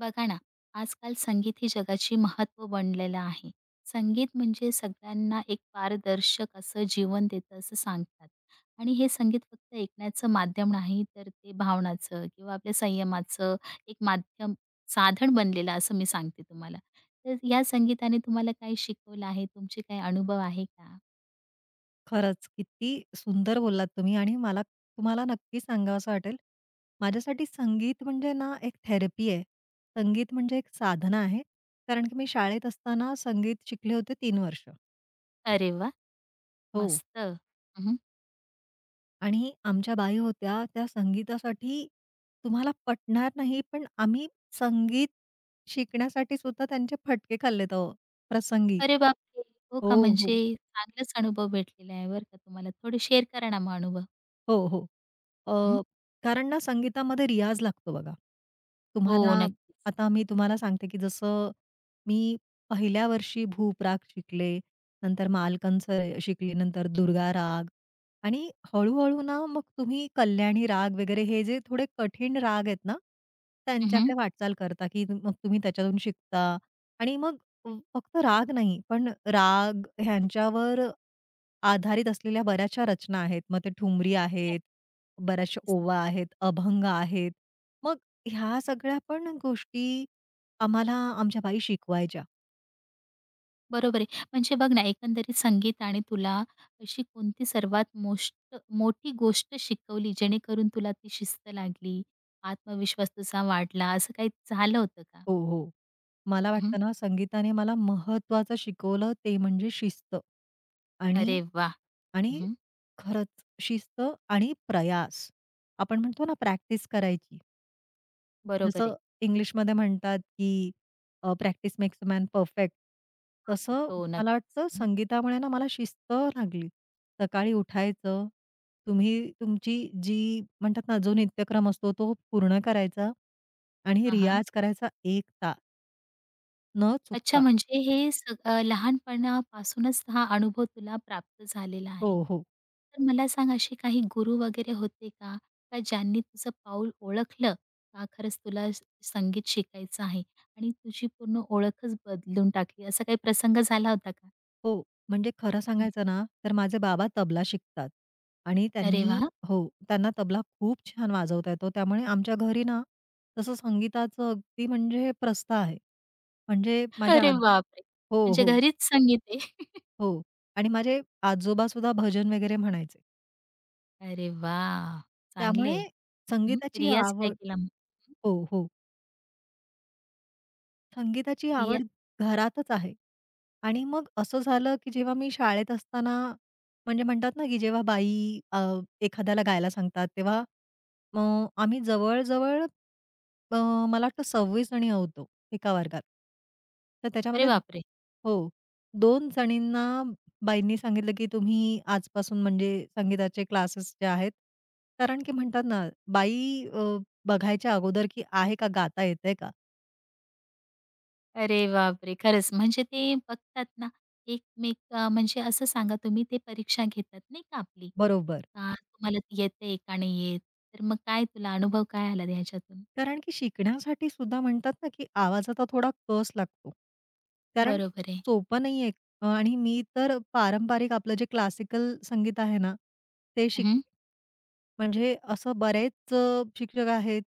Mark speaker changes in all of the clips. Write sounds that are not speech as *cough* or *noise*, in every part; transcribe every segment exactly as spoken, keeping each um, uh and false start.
Speaker 1: बघा ना, आजकाल संगीत ही जगाची महत्व बनलेलं आहे. संगीत म्हणजे सगळ्यांना एक पारदर्शक असं जीवन देतं असं सांगतात आणि हे संगीत फक्त ऐकण्याचं माध्यम नाही, तर ते भावनाचं किंवा आपल्या संयमाचं एक माध्यम, साधन बनलेलं असं मी सांगते तुम्हाला. तर या संगीताने तुम्हाला काही शिकवलं आहे? तुमचे काही अनुभव आहे का?
Speaker 2: खरंच, किती सुंदर बोललात तुम्ही आणि मला तुम्हाला नक्की सांगावसं वाटेल. माझ्यासाठी संगीत म्हणजे ना एक थेरपी आहे. संगीत म्हणजे एक साधना आहे. कारण की मी शाळेत असताना संगीत शिकले होते तीन वर्ष.
Speaker 1: अरे वाह!
Speaker 2: हो.
Speaker 1: मस्त. हं,
Speaker 2: आणि आमच्या बाई होत्या त्या संगीतासाठी तुम्हाला पटणार नाही, पण आम्ही संगीत शिकण्यासाठी सुद्धा त्यांचे फटके खाल्लेत अहो, प्रसंगी.
Speaker 1: अरे बापरे! हो
Speaker 2: हो,
Speaker 1: का? म्हणजे
Speaker 2: हो.
Speaker 1: चांगलाच अनुभव भेटलेला आहे बरं का तुम्हाला. थोडे शेअर करा ना मग अनुभव?
Speaker 2: हो, हो. अ, कारण ना संगीतामध्ये रियाज लागतो बघा.
Speaker 1: हो,
Speaker 2: तुम्हाला
Speaker 1: नक्कीच.
Speaker 2: आता मी तुम्हाला सांगते, की जसं मी पहिल्या वर्षी भूप राग शिकले, नंतर मालकंस शिकले, नंतर दुर्गा राग आणि हळू-हळू ना मग तुम्ही कल्याणी राग वगैरे हे जे थोडे कठीण राग आहेत ना,
Speaker 1: हं, हं.
Speaker 2: त्यांच्याकडे वाटचाल करता, की मग तुम्ही त्याच्यातून शिकता आणि मग फक्त राग नाही, पण राग ह्यांच्यावर आधारित असलेल्या बऱ्याचशा रचना आहेत. मग ते ठुमरी आहेत,
Speaker 1: नक्क
Speaker 2: बऱ्याचशा
Speaker 1: नक्कीच.
Speaker 2: ओवा आहेत, अभंग आहेत. मग ह्या सगळ्या पण गोष्टी आम्हाला आमच्या बाई शिकवायच्या.
Speaker 1: बरोबर आहे. म्हणजे बघ ना, एकंदरीत संगीताने तुला अशी कोणती सर्वात मोष्ट मोठी गोष्ट शिकवली, जेणेकरून तुला ती शिस्त लागली, आत्मविश्वास तुझा वाढला, असं काही झालं होतं का?
Speaker 2: हो, हो. मला
Speaker 1: हं,
Speaker 2: वाटतं ना, संगीताने मला महत्त्वाचं शिकवलं ते म्हणजे शिस्त आणि
Speaker 1: अरे वा, हं,
Speaker 2: आणि
Speaker 1: हं.
Speaker 2: खरंच शिस्त आणि प्रयास. आपण म्हणतो ना, प्रॅक्टिस करायची.
Speaker 1: बरोबर आहे.
Speaker 2: जसं इंग्लिशमध्ये म्हणतात, की uh, practice makes a man perfect.
Speaker 1: Perfect.
Speaker 2: तसं
Speaker 1: हो,
Speaker 2: मला
Speaker 1: नक्कीच.
Speaker 2: वाटतं
Speaker 1: हं.
Speaker 2: संगीतामुळे ना मला शिस्त लागली. सकाळी उठायचं, तुम्ही तुमची जी म्हणतात ना जो नित्यक्रम असतो तो पूर्ण करायचा आणि
Speaker 1: हां, हां.
Speaker 2: रियाज करायचा एक तास न
Speaker 1: अच्छा,
Speaker 2: चुकता.
Speaker 1: म्हणजे हे सग अ, लहानपणापासूनच हा अनुभव तुला प्राप्त झालेला आहे.
Speaker 2: हो, हो.
Speaker 1: तर मला सांग असे काही गुरु वगैरे होते का? का ज्यांनी तुझं पाऊल ओळखलं का खरंच तुला स संगीत शिकायचं आहे आणि तुझी पूर्ण ओळखच बदलून टाकली असा काही प्रसंग झाला होता का?
Speaker 2: हो, म्हणजे खरं
Speaker 1: हं.
Speaker 2: सांगायचं ना, तर माझे बाबा तबला शिकतात आणि
Speaker 1: अरे
Speaker 2: त्यांनी
Speaker 1: वाह!
Speaker 2: हो, त्यांना तबला खूप छान वाजवता येतो. त्यामुळे आमच्या घरी ना, तसं संगीताचं अगदी म्हणजे प्रस्थ आहे. म्हणजे माझ्या
Speaker 1: अरे
Speaker 2: आज
Speaker 1: बापरे!
Speaker 2: हो,
Speaker 1: म्हणजे
Speaker 2: हो,
Speaker 1: घरीच संगीत आहे. *laughs*
Speaker 2: हो. आणि माझे आजोबासुद्धा भजन वगैरे म्हणायचे.
Speaker 1: अरे वाह! चांगले.
Speaker 2: त्यामुळे संगीताची
Speaker 1: रियाज काय
Speaker 2: आवड
Speaker 1: केला मग?
Speaker 2: हो, हो. संगीताची
Speaker 1: रिया
Speaker 2: आवड घरातच आहे. आणि मग असं झालं, की जेव्हा मी शाळेत असताना म्हणजे म्हणतात ना, की जेव्हा बाई अ, एखाद्याला गायला सांगतात, तेव्हा मग आम्ही जवळ-जवळ अ, मला वाटतं सव्वीस जणी होतो एका वर्गात. तर
Speaker 1: अरे
Speaker 2: त्याच्यामध्ये
Speaker 1: बापरे!
Speaker 2: हो, दोन जणींना बाईंनी सांगितलं, की तुम्ही आजपासून म्हणजे संगीताचे क्लासेस जे आहेत, कारण की म्हणतात ना, बाई अ, बघायच्या अगोदर, की आहे का गाता येतंय का?
Speaker 1: अरे बापरे! खरंच म्हणजे ते बघतात ना, एकमेक अ, म्हणजे असं सांगा तुम्ही ते परीक्षा घेतात नाही का आपली,
Speaker 2: बरोबर.
Speaker 1: का तुम्हाला ती येते का नाही येत? तर मग काय तुला अनुभव काय आला ह्याच्यातून?
Speaker 2: कारण की शिकण्यासाठी सुद्धा म्हणतात ना, की आवाजाचा थोडा कस लागतो. कारण
Speaker 1: बरोबर आहे.
Speaker 2: सोपं नाहीये. अ, आणि मी तर पारंपरिक आपलं जे क्लासिकल संगीत आहे ना, ते शिकले.
Speaker 1: हं,
Speaker 2: म्हणजे असं बरेच अ, शिक्षक आहेत,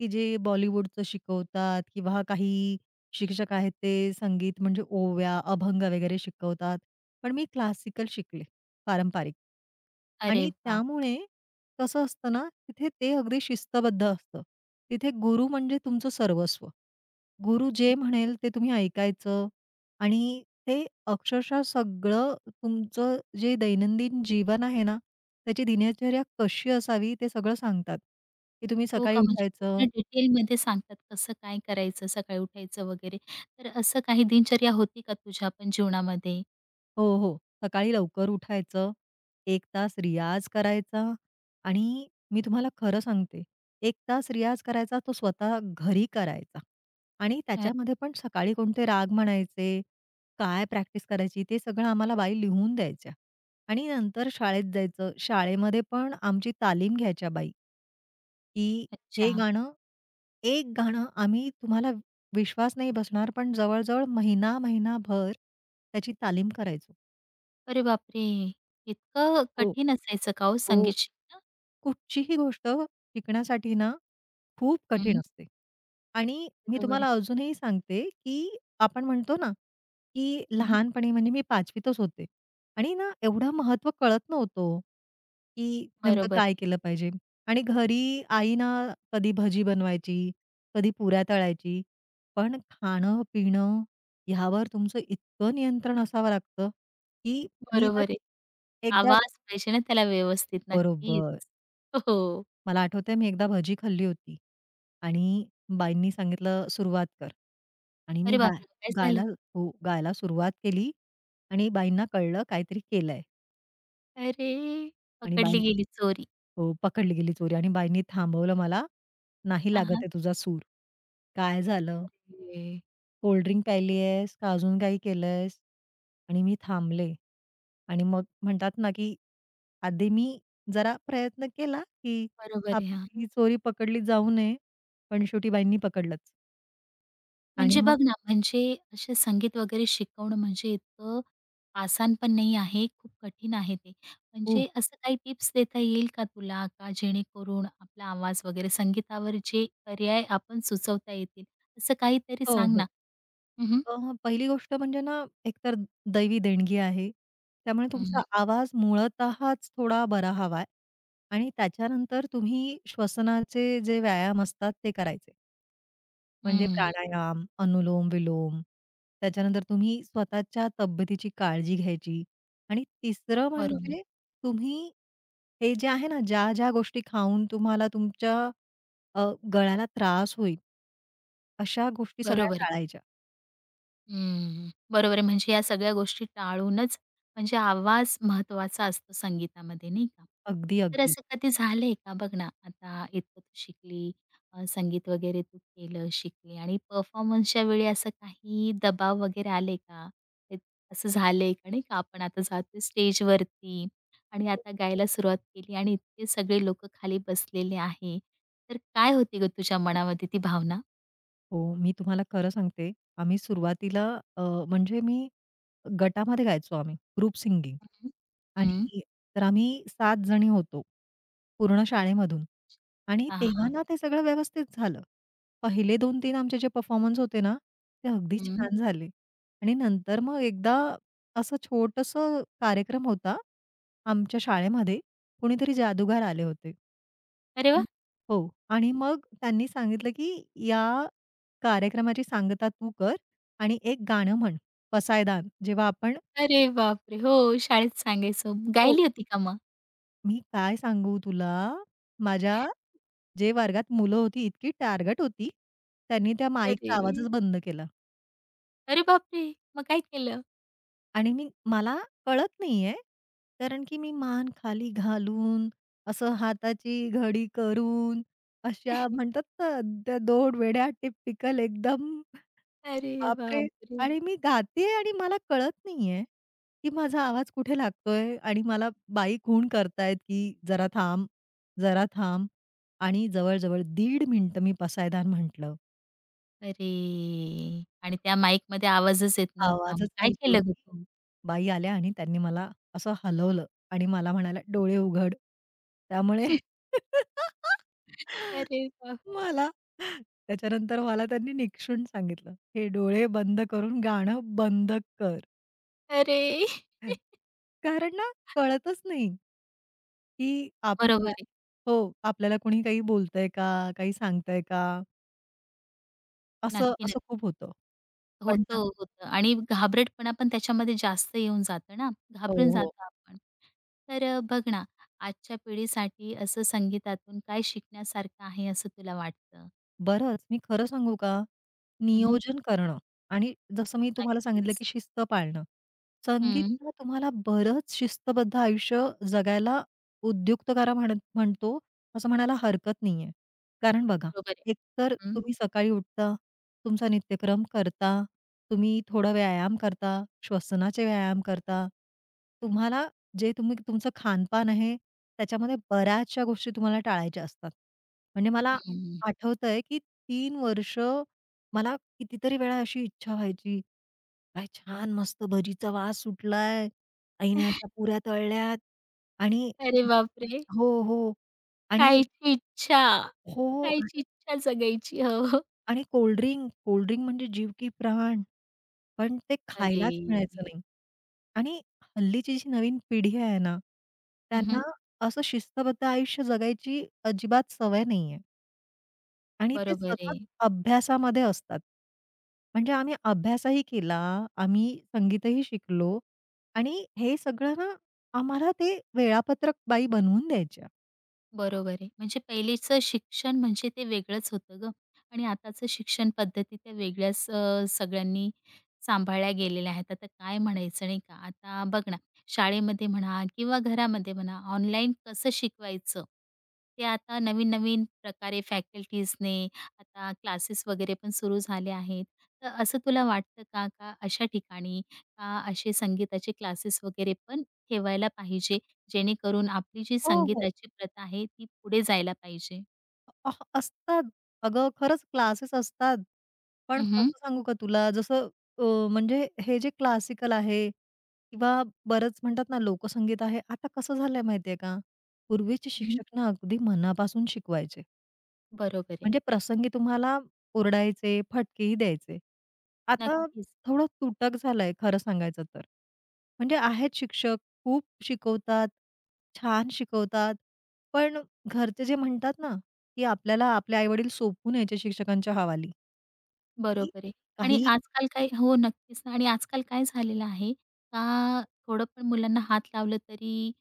Speaker 2: की जे बॉलिवूडचं शिकवतात किंवा काही शिक्षक आहेत ते संगीत म्हणजे ओव्या, अभंग वगैरे शिकवतात. पण मी क्लासिकल शिकले, पारंपरिक.
Speaker 1: अरे
Speaker 2: आणि
Speaker 1: वाह!
Speaker 2: त्यामुळे कसं असतं ना, तिथे ते अगदी शिस्तबद्ध असतं. तिथे गुरु म्हणजे तुमचं सर्वस्व. गुरु जे म्हणेल ते तुम्ही ऐकायचं आणि ते अक्षरशः सगळं तुमचं जे दैनंदिन जीवन आहे ना, त्याची दिनचर्या कशी असावी ते सगळं सांगतात, की तुम्ही
Speaker 1: हो
Speaker 2: सकाळी
Speaker 1: का?
Speaker 2: हं.
Speaker 1: म्हणजे पूर्ण
Speaker 2: उठायचं,
Speaker 1: डिटेलमध्ये सांगतात कसं काय करायचं, सकाळी उठायचं वगैरे. तर असं काही दिनचर्या होती का तुझ्या पण जीवनामध्ये?
Speaker 2: हो, हो. सकाळी लवकर उठायचं, एक तास रियाज करायचा आणि मी तुम्हाला खरं सांगते, एक तास रियाज करायचा तो स्वतः घरी करायचा आणि
Speaker 1: अ,
Speaker 2: त्याच्यामध्ये पण सकाळी कोणते राग म्हणायचे, काय प्रॅक्टिस करायची ते सगळं आम्हाला बाई लिहून द्यायच्या आणि नंतर शाळेत जायचं. शाळेमध्ये पण आमची तालीम घ्यायच्या बाई. की हे
Speaker 1: अच्छा.
Speaker 2: गाणं, एक गाणं आम्ही तुम्हाला विश्वास नाही बसणार, पण जवळ महिना, महिनाभर त्याची तालीम करायचो.
Speaker 1: अरे बापरे! इतकं
Speaker 2: हो.
Speaker 1: कठीण असायचं का हो
Speaker 2: हो.
Speaker 1: संगीत शिकणं?
Speaker 2: कुठचीही गोष्ट शिकण्यासाठी ना, खूप कठीण
Speaker 1: हं,
Speaker 2: असते. आणि मी
Speaker 1: बरोबर आहे.
Speaker 2: तुम्हाला अजूनही सांगते, की आपण म्हणतो ना, की
Speaker 1: हं,
Speaker 2: लहानपणी म्हणजे मी पाचवीतच होते आणि ना एवढं महत्व कळत नव्हतं ओ, की नेमकं
Speaker 1: बरोबर
Speaker 2: काय
Speaker 1: आहे.
Speaker 2: केलं पाहिजे? आणि घरी आई ना कधी भजी बनवायची, कधी पुऱ्या तळायची. पण खाणं-पिणं ह्यावर तुमचं इतकं नियंत्रण असावं लागतं, की मी
Speaker 1: बरोबर
Speaker 2: तर
Speaker 1: आहे.
Speaker 2: एकदा
Speaker 1: आवाज पाहिजे ना त्याला व्यवस्थित.
Speaker 2: बरोबर.
Speaker 1: नक्कीच. हो.
Speaker 2: मला आठवतंय मी एकदा भजी खाल्ली होती आणि बाईंनी सांगितलं सुरुवात कर आणि मी
Speaker 1: अरे
Speaker 2: गाय
Speaker 1: बापरे! मग काय
Speaker 2: गायला
Speaker 1: झालं?
Speaker 2: हो, गायला सुरुवात केली आणि बाईंना कळलं काहीतरी केलंय
Speaker 1: अरे!
Speaker 2: आणि बाई
Speaker 1: पकडली गेली चोरी.
Speaker 2: हो, पकडली गेली चोरी आणि बाईंनी थांबवलं मला, "नाही
Speaker 1: हां,
Speaker 2: लागत
Speaker 1: हां.
Speaker 2: आहे तुझा सूर." काय झालं?
Speaker 1: अरे!
Speaker 2: कोल्ड ड्रिंक प्यायली आहेस का अजून काही केलंयस? आणि मी थांबले. आणि मग म्हणतात ना, की आधी मी जरा प्रयत्न केला, की
Speaker 1: बरोबर आहे. हां.
Speaker 2: आपली चोरी पकडली जाऊ नये, पण शेवटी बाईंनी पकडलंच. आणि
Speaker 1: म्हणजे
Speaker 2: मग
Speaker 1: बघ ना, म्हणजे असे संगीत वगैरे शिकवणं म्हणजे इतकं आसान पण नाही आहे, खूप कठीण आहे ते.
Speaker 2: खूप
Speaker 1: म्हणजे असं काही टिप्स देता येईल का तुला, का जेणेकरून आपला आवाज वगैरे संगीतावर जे पर्याय आपण सुचवता येतील, असं काहीतरी
Speaker 2: हो,
Speaker 1: सांग
Speaker 2: हो.
Speaker 1: ना? हं, हं.
Speaker 2: अ, पहिली गोष्ट म्हणजे ना, एकतर दैवी देणगी आहे. त्यामुळे
Speaker 1: हं,
Speaker 2: तुमचा आवाज मुळतःच थोडा बरा हवाय आणि त्याच्यानंतर तुम्ही श्वसनाचे जे व्यायाम असतात ते करायचे. म्हणजे
Speaker 1: हं.
Speaker 2: प्राणायाम, अनुलोम-विलोम, त्याच्यानंतर तुम्ही स्वतःच्या तब्येतीची काळजी घ्यायची आणि तिसरं
Speaker 1: बरोबर आहे.
Speaker 2: म्हणजे तुम्ही हे जे आहे ना, ज्या-ज्या गोष्टी खाऊन तुम्हाला तुमच्या अ, गळ्याला त्रास होईल, अशा गोष्टी सगळ्या
Speaker 1: बरोबर आहे.
Speaker 2: टाळायच्या.
Speaker 1: हं, बरोबर आहे. म्हणजे या सगळ्या गोष्टी टाळूनच म्हणजे आवाज महत्त्वाचा असतो संगीतामध्ये, नाही का?
Speaker 2: अगदी,
Speaker 1: तर
Speaker 2: अगदी.
Speaker 1: असं कधी झालंय का? बघ ना, आता इतकं तू शिकली, अ, संगीत वगैरे तू केलं, शिकली आणि परफॉर्मन्सच्या वेळी असं काही दबाव वगैरे आले का? ते असं झालंय का, नाही का? आपण आता जातोय स्टेजवरती आणि आता गायला सुरुवात केली आणि इतके सगळे लोकं खाली बसलेले आहे. तर काय होती गं तुझ्या मनामध्ये ती भावना?
Speaker 2: हो, मी तुम्हाला खरं सांगते, आम्ही सुरुवातीला अ, म्हणजे मी गटामध्ये गायचो आम्ही, ग्रुप सिंगिंग
Speaker 1: हं, हं.
Speaker 2: आणि तर आम्ही सात जणी होतो, पूर्ण शाळेमधून आणि
Speaker 1: हां,
Speaker 2: तेव्हा
Speaker 1: हां.
Speaker 2: ना ते सगळं व्यवस्थित झालं. पहिले दोन-तीन आमचे जे परफॉर्मन्स होते ना, ते अगदी छान झाले आणि नंतर मग एकदा असं छोटंसं कार्यक्रम होता आमच्या शाळेमध्ये. कुणीतरी जादूगार आले होते.
Speaker 1: अरे
Speaker 2: आणि
Speaker 1: वाह!
Speaker 2: हो आणि मग त्यांनी सांगितलं, की या कार्यक्रमाची सांगता तू कर आणि एक गाणं म्हण, पसायदान. जेव्हा आपण
Speaker 1: अरे बापरे! हो, शाळेत सांगायचो.
Speaker 2: हो,
Speaker 1: गायली होती का मग?
Speaker 2: मी काय सांगू तुला, माझ्या जे वर्गात मुलं होती इतकी टार्गट होती, त्यांनी त्या माईकचा
Speaker 1: अरे!
Speaker 2: आवाजच बंद केला
Speaker 1: अरे बापरे! मग काय केलं?
Speaker 2: आणि मी मला कळत नाहीये, कारण की मी मान खाली घालून, असं हाताची घडी करून, अशा म्हणतात ना, त्या दोन वेड्या टिपिकल एकदम
Speaker 1: अरे
Speaker 2: बापरे!
Speaker 1: बापरे!
Speaker 2: आणि मी गातेय आणि मला कळत नाहीये, की माझा आवाज कुठे लागतोय आणि मला बाई खूण करतायत, की "जरा थांब, जरा थांब." आणि जवळ-जवळ दीड मिनिटं मी पसायदान म्हटलं.
Speaker 1: अरे! आणि त्या माईकमध्ये आवाजच येत नव्हता. मग
Speaker 2: आवाजच
Speaker 1: काय
Speaker 2: नाही
Speaker 1: केलं गं
Speaker 2: शेवटी.
Speaker 1: तू?
Speaker 2: बाई आल्या आणि त्यांनी मला असं हलवलं आणि मला म्हणाल्या, "डोळे उघड." त्यामुळे
Speaker 1: अरे बाप
Speaker 2: मला त्याच्यानंतर मला त्यांनी निक्षून सांगितलं, "हे डोळे बंद करून गाणं बंद कर."
Speaker 1: अरे!
Speaker 2: कारण ना कळतच नाही, की आपण हं.
Speaker 1: बरोबर
Speaker 2: काय
Speaker 1: आहे.
Speaker 2: हो, आपल्याला कोणी काही बोलतंय का? काही सांगतंय का? असं
Speaker 1: नक्की,
Speaker 2: असं
Speaker 1: नक्की.
Speaker 2: खूप होतं. पण
Speaker 1: होतं,
Speaker 2: ना
Speaker 1: होतं आणि घाबरटपणा पण त्याच्यामध्ये जास्त येऊन जातं ना,
Speaker 2: हो,
Speaker 1: घाबरून
Speaker 2: हो.
Speaker 1: जातो आपण. तर अ, बघ ना, आजच्या पिढीसाठी असं संगीतातून काय शिकण्यासारखं आहे असं तुला वाटतं?
Speaker 2: बरंच. मी खरं सांगू का?
Speaker 1: हं, हं.
Speaker 2: नियोजन करणं आणि जसं मी तुम्हाला सांगितलं,
Speaker 1: नक्कीच.
Speaker 2: की शिस्त पाळणं. संगीत
Speaker 1: हं,
Speaker 2: तुम्हाला बरंच शिस्तबद्ध आयुष्य जगायला उद्युक्त करा म्हणत म्हणतो, असं म्हणायला हरकत नाहीये. कारण बघा,
Speaker 1: बरोबर आहे.
Speaker 2: एकतर
Speaker 1: हं,
Speaker 2: तुम्ही सकाळी उठता, तुमचा नित्यक्रम करता, तुम्ही थोडा व्यायाम करता, श्वसनाचे व्यायाम करता. तुम्हाला जे तुम्ही तुमचं खानपान आहे, त्याच्यामध्ये बऱ्याचशा गोष्टी तुम्हाला टाळायच्या असतात. म्हणजे मला
Speaker 1: हं.
Speaker 2: आठवतंय की तीन वर्ष मला कितीतरी वेळा अशी इच्छा व्हायची, "काय छान मस्त भजीचा वास सुटलाय. आईने अशा पुऱ्या तळल्यात." आणि
Speaker 1: अरे बापरे!
Speaker 2: हो, हो. आणि
Speaker 1: खायची इच्छा,
Speaker 2: हो, हो.
Speaker 1: खायची इच्छा जगायची. हो, हो.
Speaker 2: आणि कोल्ड-ड्रिंक, कोल्ड म्हणजे जीव की प्राण. पण ते
Speaker 1: अरे!
Speaker 2: खायलाच मिळायचं नाही. आणि हल्लीची जी नवीन पिढी आहे ना,
Speaker 1: हं,
Speaker 2: त्यांना
Speaker 1: हं.
Speaker 2: असं शिस्तबद्ध आयुष्य जगायची अजिबात सवय नाहीये. आणि ते
Speaker 1: बरोबर
Speaker 2: सतत
Speaker 1: आहे.
Speaker 2: अभ्यासामध्ये असतात. म्हणजे आम्ही अभ्यासही केला, आम्ही संगीतही शिकलो आणि हे सगळं ना आम्हाला ते वेळापत्रक बाई बनवून द्यायच्या.
Speaker 1: बरोबर आहे. म्हणजे पहिलेचं शिक्षण म्हणजे ते वेगळंच होतं गं आणि आताचं शिक्षण पद्धती त्या वेगळ्याच अ, सगळ्यांनी सांभाळल्या गेलेल्या आहेत. आता काय म्हणायचं नाही का? आता बघ ना, शाळेमध्ये म्हणा किंवा घरामध्ये म्हणा, ऑनलाईन कसं शिकवायचं? ते आता नवीन-नवीन प्रकारे फॅकल्टीजने आता क्लासेस वगैरे पण सुरू झाले आहेत. तर असं तुला वाटतं का, का अशा ठिकाणी का असे संगीताचे क्लासेस वगैरे पण ठेवायला पाहिजे? जेणेकरून आपली जी
Speaker 2: हो, हो.
Speaker 1: संगीताची प्रथा आहे ती पुढे जायला पाहिजे.
Speaker 2: अह, असतात. अगं, खरंच क्लासेस असतात. पण
Speaker 1: हं, हं.
Speaker 2: कसं सांगू का तुला जसं अ, म्हणजे हे जे क्लासिकल आहे किंवा बरंच म्हणतात ना लोकसंगीत आहे, आता कसं झालंय माहितीये का? पूर्वीचे शिक्षक ना अगदी मनापासून शिकवायचे.
Speaker 1: बरोबर आहे.
Speaker 2: म्हणजे प्रसंगी तुम्हाला ओरडायचे, फटकेही द्यायचे. आता
Speaker 1: नक्कीच.
Speaker 2: थोडं तुटक झालंय खरं सांगायचं तर. म्हणजे आहेत शिक्षक, खूप शिकवतात, छान शिकवतात, पण घरचे जे म्हणतात ना, की आपल्याला आपले आई-वडील सोपवून यायचे शिक्षकांच्या हवाली. की
Speaker 1: बरोबर आहे. आणि
Speaker 2: काही
Speaker 1: आजकाल काय हो, नक्कीच ना. आणि आजकाल काय झालेलं आहे का थोडं पण मुलांना हात लावलं तरी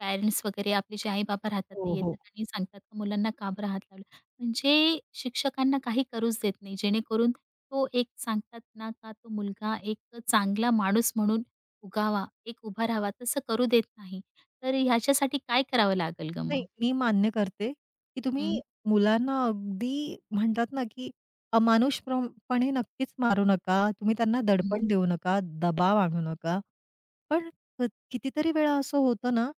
Speaker 1: पॅरेंट्स वगैरे आपले जे आई-बाबा राहतात ते
Speaker 2: हो, हो.
Speaker 1: येतात आणि सांगतात का मुलांना का बरं हात लावला? म्हणजे शिक्षकांना काही करूच देत नाही. जेणेकरून तो एक सांगतात ना का तो मुलगा एक चांगला माणूस म्हणून उगावा, एक उभा राहावा तसं करू देत नाही. तर ह्याच्यासाठी काय करावं लागेल गं
Speaker 2: नाही,
Speaker 1: मग?
Speaker 2: मी मान्य करते, की तुम्ही
Speaker 1: हं,
Speaker 2: मुलांना अगदी म्हणतात ना, की अमानुषप्रम पणे नक्कीच मारू नका. तुम्ही त्यांना
Speaker 1: हं.
Speaker 2: दडपण देऊ नका, दबाव आणू नका. पण क कितीतरी वेळा असं होतं ना,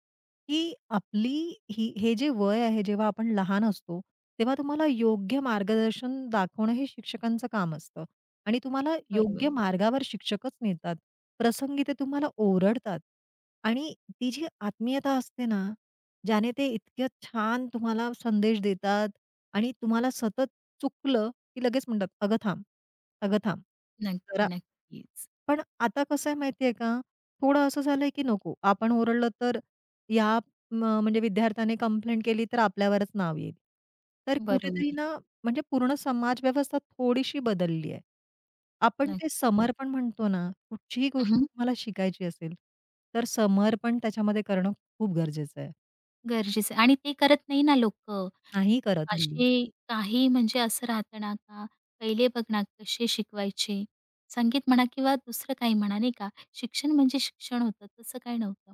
Speaker 2: की आपली ही हे जे वय आहे, जेव्हा आपण लहान असतो, तेव्हा तुम्हाला योग्य मार्गदर्शन दाखवणं हे शिक्षकांचं काम असतं आणि तुम्हाला
Speaker 1: बरोबर
Speaker 2: योग्य
Speaker 1: आहे.
Speaker 2: मार्गावर शिक्षकच नेतात. प्रसंगी ते तुम्हाला ओरडतात आणि ती जी आत्मीयता असते ना, ज्याने ते इतक्या छान तुम्हाला संदेश देतात आणि तुम्हाला सतत चुकलं, की लगेच म्हणतात, "अगं थांब, अगं थांब."
Speaker 1: नक्की,
Speaker 2: जरा
Speaker 1: नक्कीच.
Speaker 2: पण आता कसं आहे माहिती आहे का, थोडं असं झालंय की नको. आपण ओरडलं तर या म म्हणजे विद्यार्थ्याने कंप्लेंट केली तर आपल्यावरच नाव येईल. तर
Speaker 1: बरोबर
Speaker 2: कुठेतरी
Speaker 1: आहे.
Speaker 2: ना म्हणजे पूर्ण समाज व्यवस्था थोडीशी बदलली आहे. आपण ते
Speaker 1: नक्की.
Speaker 2: समर्पण म्हणतो ना, कुठचीही गोष्ट तुम्हाला शिकायची असेल, तर समर्पण त्याच्यामध्ये करणं खूप गरजेचं आहे.
Speaker 1: गरजेचं आहे आणि ते करत नाही ना लोकं.
Speaker 2: नाही करत हल्ली.
Speaker 1: असे काही म्हणजे असं राहतं ना का पहिले बघ ना कसे शिकवायचे. संगीत म्हणा किंवा दुसरं काही म्हणा नाही का, शिक्षण म्हणजे शिक्षण होतं, तसं काही नव्हतं.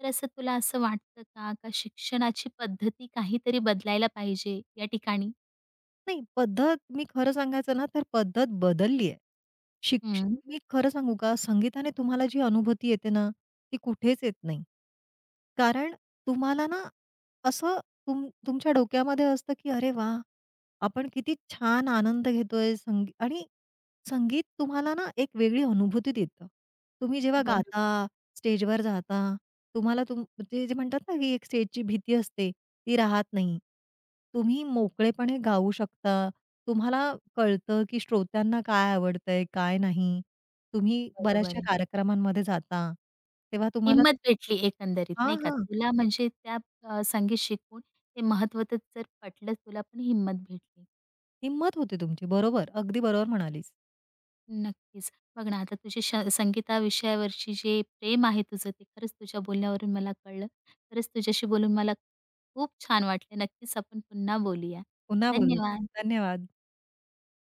Speaker 1: तर असं तुला असं वाटतं का, का शिक्षणाची पद्धती काहीतरी बदलायला पाहिजे या ठिकाणी?
Speaker 2: नाही, पद्धत मी खरं सांगायचं ना, तर पद्धत बदलली आहे. शिक्ष
Speaker 1: हं.
Speaker 2: मी खरं सांगू का? संगीताने तुम्हाला जी अनुभूती येते ना, ती कुठेच येत नाही. कारण तुम्हाला ना, असं तुम तुमच्या डोक्यामध्ये असतं, की "अरे वाह! आपण किती छान आनंद घेतोय." संगी आणि संगीत तुम्हाला ना, एक वेगळी अनुभूती देतं. तुम्ही जेव्हा
Speaker 1: बरोबर,
Speaker 2: गाता, स्टेजवर जाता, तुम्हाला तुम ते जे म्हणतात ना, की एक स्टेजची भीती असते. ती राहत नाही. तुम्ही मोकळेपणे गाऊ शकता. तुम्हाला कळतं, की श्रोत्यांना काय आवडतंय, काय नाही. तुम्ही
Speaker 1: बरोबर
Speaker 2: बऱ्याचशा
Speaker 1: आहे.
Speaker 2: कार्यक्रमांमध्ये जाता, तेव्हा तुम्हाला
Speaker 1: हिंमत भेटली एकंदरीत
Speaker 2: हां,
Speaker 1: नाही का?
Speaker 2: हां.
Speaker 1: तुला म्हणजे त्या अ, संगीत शिकून ते महत्त्व तर जर पटलं तुला पण हिंमत भेटली.
Speaker 2: हिंमत होते तुमची. बरोबर, अगदी बरोबर म्हणालीस.
Speaker 1: नक्कीच. बघ ना, आता तुझी श संगीता विषयावरची जे प्रेम आहे तुझं, ते खरंच तुझ्या बोलण्यावरून मला कळलं. खरंच तुझ्याशी बोलून मला खूप छान वाटलं. नक्कीच आपण पुन्हा बोलूया.
Speaker 2: पुन्हा बोलू.
Speaker 1: धन्यवाद.
Speaker 2: धन्यवाद.